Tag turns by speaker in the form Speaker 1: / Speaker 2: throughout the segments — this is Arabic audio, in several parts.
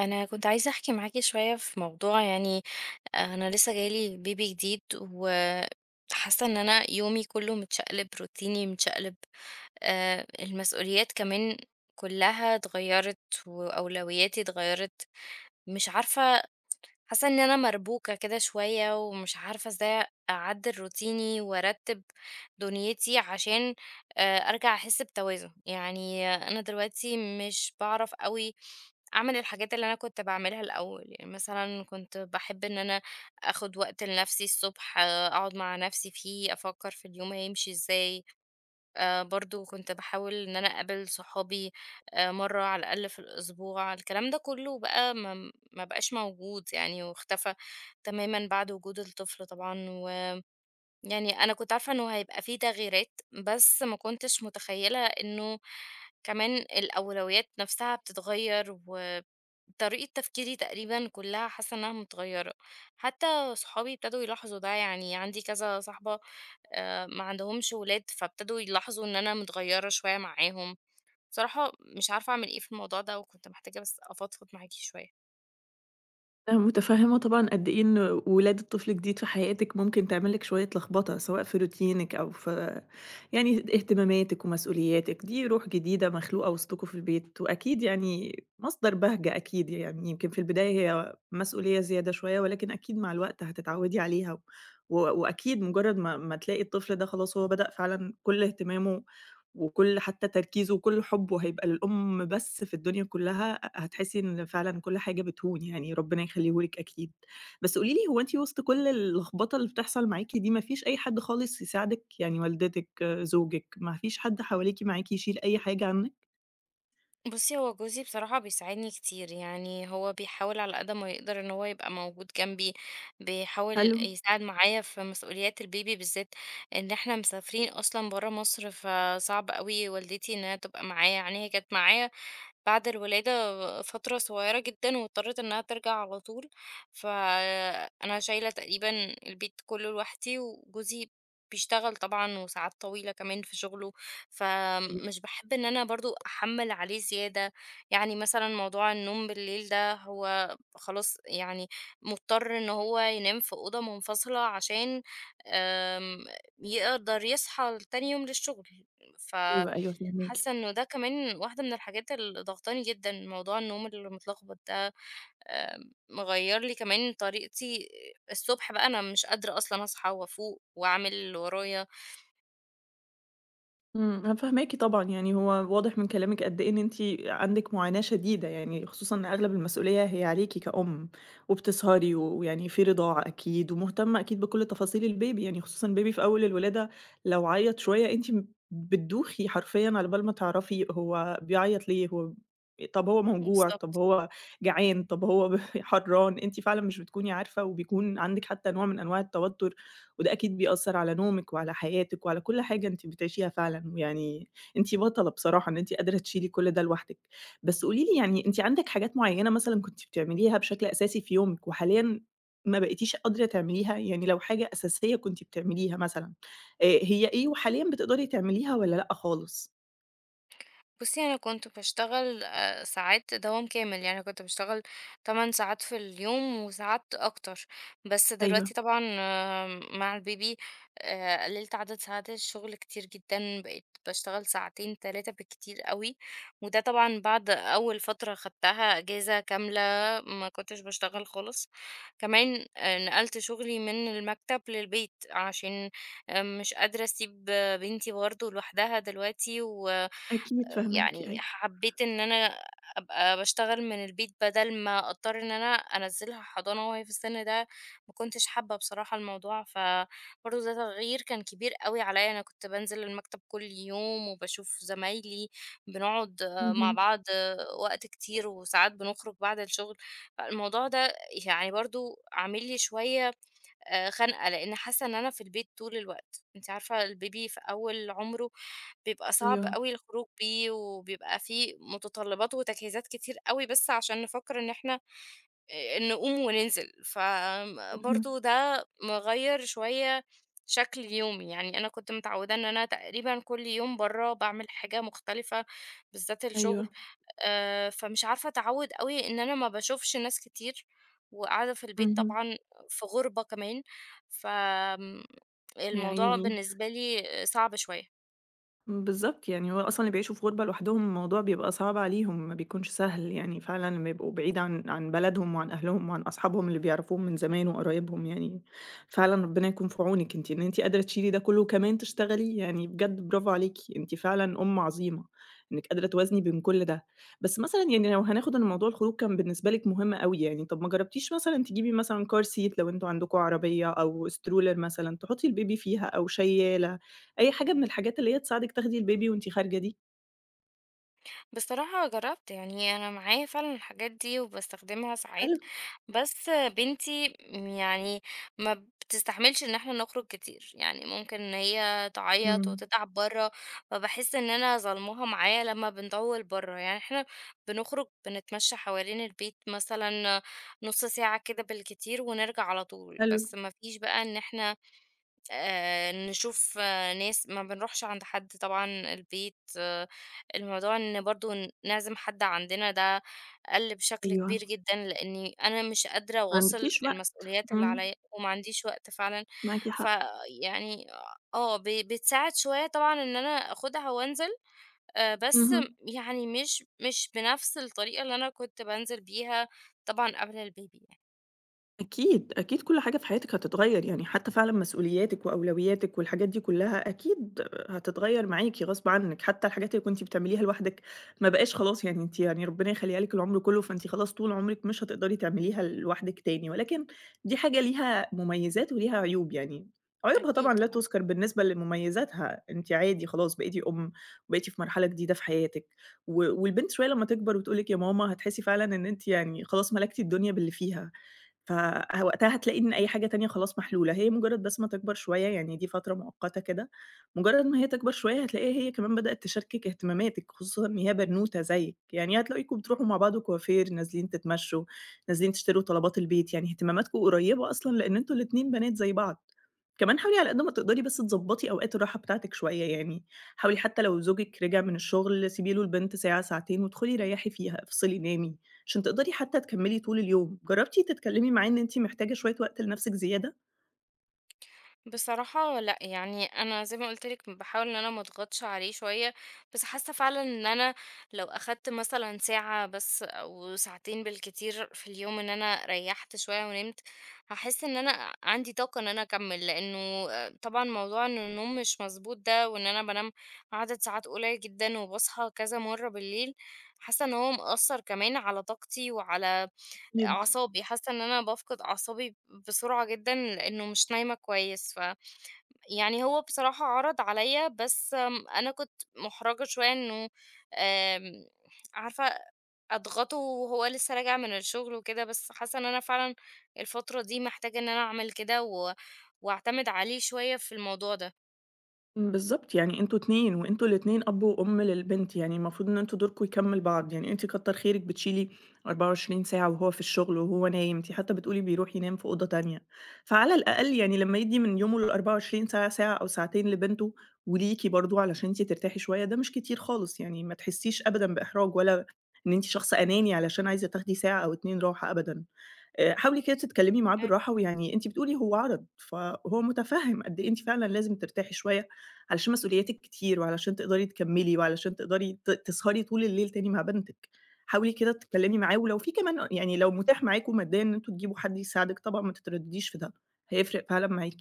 Speaker 1: أنا كنت عايزة أحكي معاكِ شوية في موضوع يعني أنا لسه جاي لي baby جديد، وحاسة إن أنا يومي كله متشقلب، روتيني متشقلب، المسؤوليات كمان كلها اتغيّرت، وأولوياتي اتغيّرت، مش عارفة حاسة إن أنا مربوكة كده شوية، ومش عارفة إزاي أعدّل روتيني وأرتّب دنيتي عشان أرجع أحس بتوازن، يعني أنا دلوقتي مش باعرف أوي أعمل الحاجات اللي أنا كنت باعملها الأول، يعني مثلًا كنت باحب إن أنا آخد وقت لنفسي الصبح، أقعد مع نفسي فيه، أفكّر في اليوم هيمشي إزاي، برضه كنت باحاول إن أنا أقابل صحابي مرّة على الأقل في الأسبوع، الكلام ده كلّه بقى ما بقاش موجود يعني واختفى تمامًا بعد وجود الطفل طبعًا، ويعني أنا كنت عارفة إنه هيبقى في تغييرات، بس ما كنتش متخيّلة إنه كمان الأولويات نفسها بتتغيّر و طريقة تفكيري تقريبًا كلّها حاسة إنها متغيّرة، حتى صحابي ابتدوا يلاحظوا ده، يعني عندي كذا صاحبة ما عندهمش ولاد، فابتدوا يلاحظوا إن أنا متغيّرة شوية معاهم، بصراحة مش عارفة أعمل إيه في الموضوع ده وكنت محتاجة بس أفضفض معاكِ شوية.
Speaker 2: أنا متفهمة طبعًا قد إيه إن ولادة طفل جديد في حياتِك ممكن تعمل لِك شوية لخبطة، سواء في روتينِك أو في يعني اهتماماتِك ومسؤولياتِك، دي روح جديدة مخلوقة وسطكم في البيت، وأكيد يعني مصدر بهجة أكيد، يعني يمكن في البداية هي مسؤولية زيادة شوية، ولكن أكيد مع الوقت هتتعودي عليها، و وأكيد مجرد ما تلاقي الطفل ده خلاص هو بدأ فعلًا كل اهتمامه وكل حتى تركيزه وكل حُبّه هيبقى للأم بس في الدنيا كلّها، هتحسّي إن فعلًا كل حاجة بتهون يعني، ربنا يخلّيه لِك أكيد. بس قولي لي هو أنتِ وسط كل اللخبطة اللي بتحصل معاكِ دي ما فيش أي حد خالص يساعدك؟ يعني والدتك، زوجك، ما فيش حد حواليكِ معاكِ يشيل أي حاجة عنِّك؟
Speaker 1: بُصّي، هو جوزي بصراحة بيساعدني كتير، يعني هو بيحاول على قد ما يقدر إن هو يبقى موجود جنبي، بيحاول
Speaker 2: حلو.
Speaker 1: يساعد معايا في مسؤوليات البيبي بالذات، إن إحنا مسافرين أصلًا برّه مصر، فصعب أوي والدتي إنها تبقى معايا، يعني هي كانت معايا بعد الولادة فترة صغيرة جدًا، واضطرت إنها ترجع على طول، فأنا شايلة تقريبًا البيت كله لوحدي، وجوزي بيشتغل طبعًا وساعات طويلة كمان في شغله،
Speaker 2: أيوه،
Speaker 1: فمش باحب إن أنا برضه أحمّل عليه زيادة، يعني مثلًا موضوع النوم بالليل ده هو خلاص يعني مضطر إن هو ينام في أوضة منفصلة عشان آمم، يقدر يصحى لتاني يوم للشغل، ف
Speaker 2: أيوه، أيوه،
Speaker 1: حاسة
Speaker 2: فاهماكِ.
Speaker 1: إنه ده كمان واحدة من الحاجات اللي ضاغطاني جدًا، موضوع النوم المتلخبط ده آآ مغيّر لي كمان طريقتي الصبح بقى أنا مش قادرة أصلًا أصحى وأفوق وأعمل اللي ورايا.
Speaker 2: إمم، أنا فاهماكِ طبعًا، يعني هو واضح من كلامِك قد إيه إن أنتِ عندِك معاناة شديدة يعني، خصوصًا إن أغلب المسؤولية هي عليكِ كأم، وبتسهري و- ويعني في رضاعة أكيد، ومهتمة أكيد بكل تفاصيل البيبي يعني، خصوصًا البيبي في أول الولادة لو عيّط شوية أنتِ بتدوخي حرفيًا على بال ما تعرفي هو بيعيّط ليه، هو طب هو موجوع، طب
Speaker 1: بالضبط.
Speaker 2: هو جعان، طب هو حرّان، أنتِ فعلًا مش بتكوني عارفة، وبيكون عندِك حتى نوع من أنواع التوتر وده أكيد بيأثّر على نومِك وعلى حياتِك وعلى كل حاجة أنتِ بتعيشيها فعلًا، ويعني أنتِ بطلة بصراحة إن أنتِ قادرة تشيلي كل ده لوحدِك. بس قولي لي يعني أنتِ عندِك حاجات معيّنة مثلًا كنتِ بتعمليها بشكل أساسي في يومِك وحاليًا ما بقيتيش قادرة تعمليها؟ يعني لو حاجة أساسية كنتِ بتعمليها مثلًا، هي إيه وحاليًا بتقدري تعمليها والّا لأ خالص؟
Speaker 1: بُصّي، أنا كنت باشتغل ساعات دوام كامل، يعني كنت باشتغل 8 ساعات في اليوم وساعات أكتر، بس
Speaker 2: أيوه،
Speaker 1: دلوقتي طبعًا مع البيبي قلّلت عدد ساعات الشغل كتير جدًا، بقيت باشتغل ساعتين، 3 بالكتير أوي، وده طبعًا بعد أول فترة خدتها إجازة كاملة ما كنتش باشتغل خالص، كمان نقلت شغلي من المكتب للبيت عشان مش قادرة أسيب بنتي برضه لوحدها دلوقتي و
Speaker 2: أكيد فاهماكِ،
Speaker 1: يعني
Speaker 2: أيوه.
Speaker 1: حبيت إن أنا أبقى باشتغل من البيت بدل ما أضطر إن أنا أنزّلها حضانة وهي في السن ده، ما كنتش حابة بصراحة الموضوع، فبرضه ده تغيير كان كبير أوي عليَّ، أنا كنت بانزل المكتب كل يوم وباشوف زمايلي، بنقعد مع
Speaker 2: اهم،
Speaker 1: بعض وقت كتير وساعات بنخرج بعد الشغل، فالموضوع ده يعني برضه عامل لي شوية خنقة، لإن حاسة إن أنا في البيت طول الوقت، أنتِ عارفة البيبي في أول عمره بيبقى صعب
Speaker 2: أيوه،
Speaker 1: أوي الخروج بيه، وبيبقى فيه متطلبات وتجهيزات كتير أوي بس عشان نفكر إن إحنا نقوم وننزل،
Speaker 2: اهم،
Speaker 1: فبرضه ده مغيّر شوية شكل يومي، يعني أنا كنت متعودة إن أنا تقريبًا كل يوم برّه باعمل حاجة مختلفة، بالذات الشغل
Speaker 2: أيوه،
Speaker 1: فمش عارفة أتعود أوي إن أنا ما باشوفش ناس كتير، وقاعدة في البيت
Speaker 2: اهم.
Speaker 1: طبعًا في غُربة كمان، فآمم،
Speaker 2: يا
Speaker 1: الموضوع
Speaker 2: عيني.
Speaker 1: بالنسبة لي صعب شوية.
Speaker 2: بالضبط، يعني هو أصلًا اللي بيعيشوا في غُربة لوحدهم الموضوع بيبقى صعب عليهم، ما بيكونش سهل، يعني فعلًا لمّا يبقوا بعيد عن بلدهم وعن أهلهم وعن أصحابهم اللي بيعرفوهم من زمان وقرايبهم يعني، فعلًا ربنا يكون في عونِك أنتِ إن أنتِ قادرة تشيلي ده كلّه وكمان تشتغلي، يعني بجد برافو عليكِ، أنتِ فعلًا أم عظيمة، إنِّك قادرة توازني بين كل ده. بس مثلًا يعني لو هناخد إن موضوع الخروج كان بالنسبة لِك مهم أوي يعني، طَب ما جرّبتيش مثلًا تجيبي مثلًا car seat لو أنتم عندكم عربية أو stroller مثلًا تحطّي البيبي فيها أو شيّالة؟ أي حاجة من الحاجات اللي هي تساعدِك تاخدي البيبي وأنتِ خارجة دي.
Speaker 1: بصراحة جربت يعني أنا معايا فعلًا الحاجات دي وباستخدمها
Speaker 2: حلو،
Speaker 1: ساعات، بس بنتي يعني ما بتستحملش إن إحنا نخرج كتير، يعني ممكن إن هي تعيط
Speaker 2: إمم،
Speaker 1: وتتعب برّه، فباحس إن أنا ظالماها معايا لمّا بنطوّل برّه، يعني إحنا بنخرج بنتمشى حوالين البيت مثلًا نُص ساعة كده بالكتير ونرجع على طول،
Speaker 2: حلو،
Speaker 1: بس ما فيش بقى إن إحنا نشوف ناس ما بنروحش عند حد طبعًا البيت، الموضوع إن برضه نعزم حد عندنا ده قَل بشكل
Speaker 2: أيوه،
Speaker 1: كبير جدًا، لإني أنا مش قادرة
Speaker 2: ما
Speaker 1: أواصل
Speaker 2: عندكيش بقى،
Speaker 1: المسؤوليات اللي
Speaker 2: إمم،
Speaker 1: عليّا وما عنديش وقت فعلًا،
Speaker 2: معاكِ حق،
Speaker 1: فيعني بتساعد شوية طبعًا إن أنا آخُدها وأنزل، بس
Speaker 2: اهم.
Speaker 1: يعني مش بنَفْس الطريقة اللي أنا كنت بانزل بيها طبعًا قبل الbaby يعني.
Speaker 2: أكيد، أكيد كل حاجة في حياتِك هتتغيّر، يعني حتى فعلًا مسؤولياتِك وأولوياتِك والحاجات دي كلّها أكيد هتتغيّر معاكِ غصب عنِّك، حتى الحاجات اللي كنتِ بتعمليها لوحدِك ما بقاش خلاص يعني أنتِ يعني ربنا يخلّيها لِك العمر كلّه، فأنتِ خلاص طول عمرِك مش هتقدري تعمليها لوحدِك تاني، ولكن دي حاجة ليها مميزات وليها عيوب يعني، عيوبها
Speaker 1: أكيد
Speaker 2: طبعًا لا
Speaker 1: طبعًا.
Speaker 2: تُذكر بالنسبة لمميزاتها، أنتِ عادي خلاص بقيتِ أُم، وبقيتِ في مرحلة جديدة في حياتِك، و والبنت شوية لمّا تكبر وتقول لِك يا ماما هتحسّي فعلًا إن أنتِ يعني خلاص ملكتِ الدنيا باللي فيها. فوقتها هتلاقي إن أي حاجة تانية خلاص محلولة، هي مجرد بس ما تكبر شوية، يعني دي فترة مؤقتة كده، مجرد ما هي تكبر شوية هتلاقيها هي كمان بدأت تشاركِك اهتماماتِك، خصوصًا إن هي بنوتة زيِّك، يعني هتلاقيكم بتروحوا مع بعض كوافير، نازلين تتمشوا، نازلين تشتروا طلبات البيت، يعني اهتماماتكم قريبة أصلًا لإن أنتم الاتنين بنات زي بعض. كمان حاولي على قد ما تقدري بس تضبطي أوقات الراحة بتاعتِك شوية، يعني حاولي حتى لو زوجِك رجع من الشغل سيبي له البنت ساعة، ساعتين وادخلي ريّحي فيها، افصلي، نامي. عشان تقدري حتى تكمّلي طول اليوم، جرّبتِ تتكلّمي معاه إن أنتِ محتاجة شوية وقت لنَفْسِك زيادة؟
Speaker 1: بصراحة لأ، يعني أنا زي ما قُلت لِك باحاول إن أنا ما أضغطش عليه شوية، بس حاسة فعلًا إن أنا لو أخدت مثلًا ساعة بس أو ساعتين بالكتير في اليوم إن أنا ريّحت شوية ونمت، هاحس إن أنا عندي طاقة إن أنا أكمّل، لإنه طبعًا موضوع إن النوم مش مضبوط ده وإن أنا بانام عدد ساعات قليل جدًا وباصحى كذا مرّة بالليل، حاسة إن هو مأثّر كمان على طاقتي وعلى
Speaker 2: جدًا.
Speaker 1: أعصابي، حاسة إن أنا بافقد أعصابي بسرعة جدًا لإنه مش نايمة كويس، يعني هو بصراحة عرض عليّا، بس أنا كنت مُحرَجة شوية إنه آمم، عارفة أضغطه وهو لسه راجع من الشغل وكده، بس حاسة إن أنا فعلًا الفترة دي محتاجة إن أنا أعمل كده و وأعتمد عليه شوية في الموضوع ده.
Speaker 2: إمم، بالضبط، يعني أنتم 2 وأنتم الاتنين أب وأم للبنت، يعني المفروض إن أنتم دوركم يكمّل بعض، يعني أنتِ كتّر خيرِك بتشيلي 24 ساعة وهو في الشغل وهو نايم، أنتِ حتى بتقولي بيروح ينام في أوضة تانية، فعلى الأقل يعني لمّا يدّي من يومه ال24 ساعة، ساعة أو ساعتين لبنته وليكِ برضه علشان أنتِ ترتاحي شوية، ده مش كتير خالص يعني ما تحسّيش أبدًا بإحراج ولا إن أنتِ شخص أناني علشان عايزة تاخدي ساعة أو 2 راحة أبدًا. حاولي كده تتكلّمي معاه بالراحة، ويعني أنتِ بتقولي هو عَرَض، فهو مُتفهِّم قد إيه أنتِ فعلًا لازم ترتاحي شوية، علشان مسؤولياتِك كتير، وعلشان تقدري تكمّلي، وعلشان تقدري ت تسهري طول الليل تاني مع بنتِك. حاولي كده تتكلّمي معاه، ولو في كمان يعني لو متاح معاكم ماديًا إن أنتم تجيبوا حد يساعدِك، طبعًا ما تتردّديش في ده، هيفرق فعلًا معاكِ.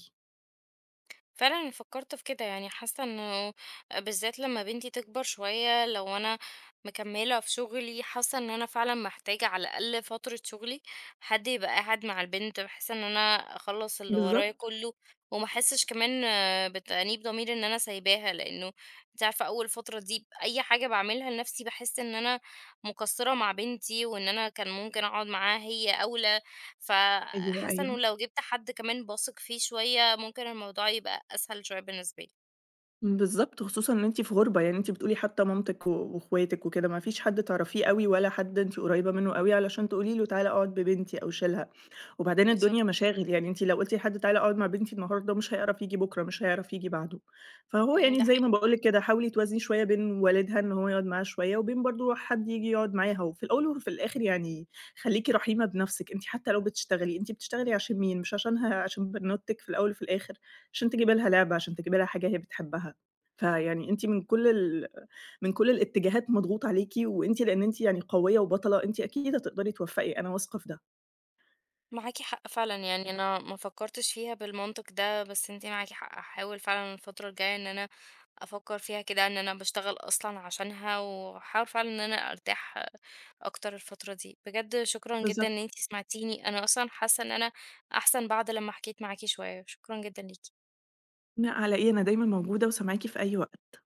Speaker 1: فعلا أنا فكرت في كده يعني حاسه انه بالذات لما بنتي تكبر شويه لو انا مكمله في شغلي حاسه ان انا فعلا محتاجه على الاقل فتره شغلي حد يبقى قاعد مع البنت بحيث ان انا اخلص اللي ورايا
Speaker 2: بالضبط،
Speaker 1: كله وما احسش كمان بتأنيب ضمير ان انا سايباها لانه انت عارفه اول فتره دي اي حاجه بعملها لنفسي بحس ان انا مقصره مع بنتي وان انا كان ممكن اقعد معاها هي او
Speaker 2: أيوه،
Speaker 1: فحاسة إنه
Speaker 2: أيوه.
Speaker 1: لو جِبت حد كمان باثق فيه شوية، ممكن الموضوع يبقى أسهل شوية بالنسبة لي.
Speaker 2: بالضبط، خصوصًا إن أنتِ في غُربة، يعني أنتِ بتقولي حتى مامتِك و واخواتِك وكده، ما فيش حد تعرفيه أوي ولا حد أنتِ قريبة منه أوي علشان تقولي له تعالَ اقعد ببنتي أو شيلها، وبعدين
Speaker 1: بالضبط.
Speaker 2: الدنيا مشاغل، يعني أنتِ لو قُلتِ لحد تعالَ اقعد مع بنتي النهارده مش هيعرف ييجي بُكرة، مش هيعرف ييجي بعده، فهو
Speaker 1: إمم، ده
Speaker 2: يعني زي ما
Speaker 1: حقيقي.
Speaker 2: باقول لِك كده حاولي توازني شوية بين والدها إن هو يقعد معاها شوية، وبين برضه حد ييجي يقعد معاها، وفي الأول وفي الآخر يعني خلّيكِ رحيمة بنفسِك، أنتِ حتى لو بتشتغلي، أنتِ بتشتغلي عشان مين؟ مش عشانها عشان بنوتِك في الأول وفي الآخر، عشان تجيبي لها لعبة، عشان تجيبي لها حاجة هي بتحبها. فيعني أنتِ من كل الاتجاهات مضغوط عليكِ، وأنتِ لإن أنتِ يعني قوية وبطلة، أنتِ أكيد هتقدري توفقي، أنا واثقة في ده.
Speaker 1: معاكِ حق فعلًا، يعني أنا ما فكّرتش فيها بالمنطق ده، بس أنتِ معاكِ حق، هاحاول فعلًا الفترة الجاية إن أنا أفكّر فيها كده، إن أنا باشتغل أصلًا عشانها، وهاحاول فعلًا إن أنا أرتاح أكتر الفترة دي. بجد شكرًا جدًا إن
Speaker 2: بالضبط.
Speaker 1: أنتِ سمعتيني، أنا أصلًا حاسة إن أنا أحسن بعد لمّا حكيت معاكِ شوية، شكرًا جدًا ليكِ.
Speaker 2: لأ على إيه، أنا دايمًا موجودة وسامعاكِ في أي وقت.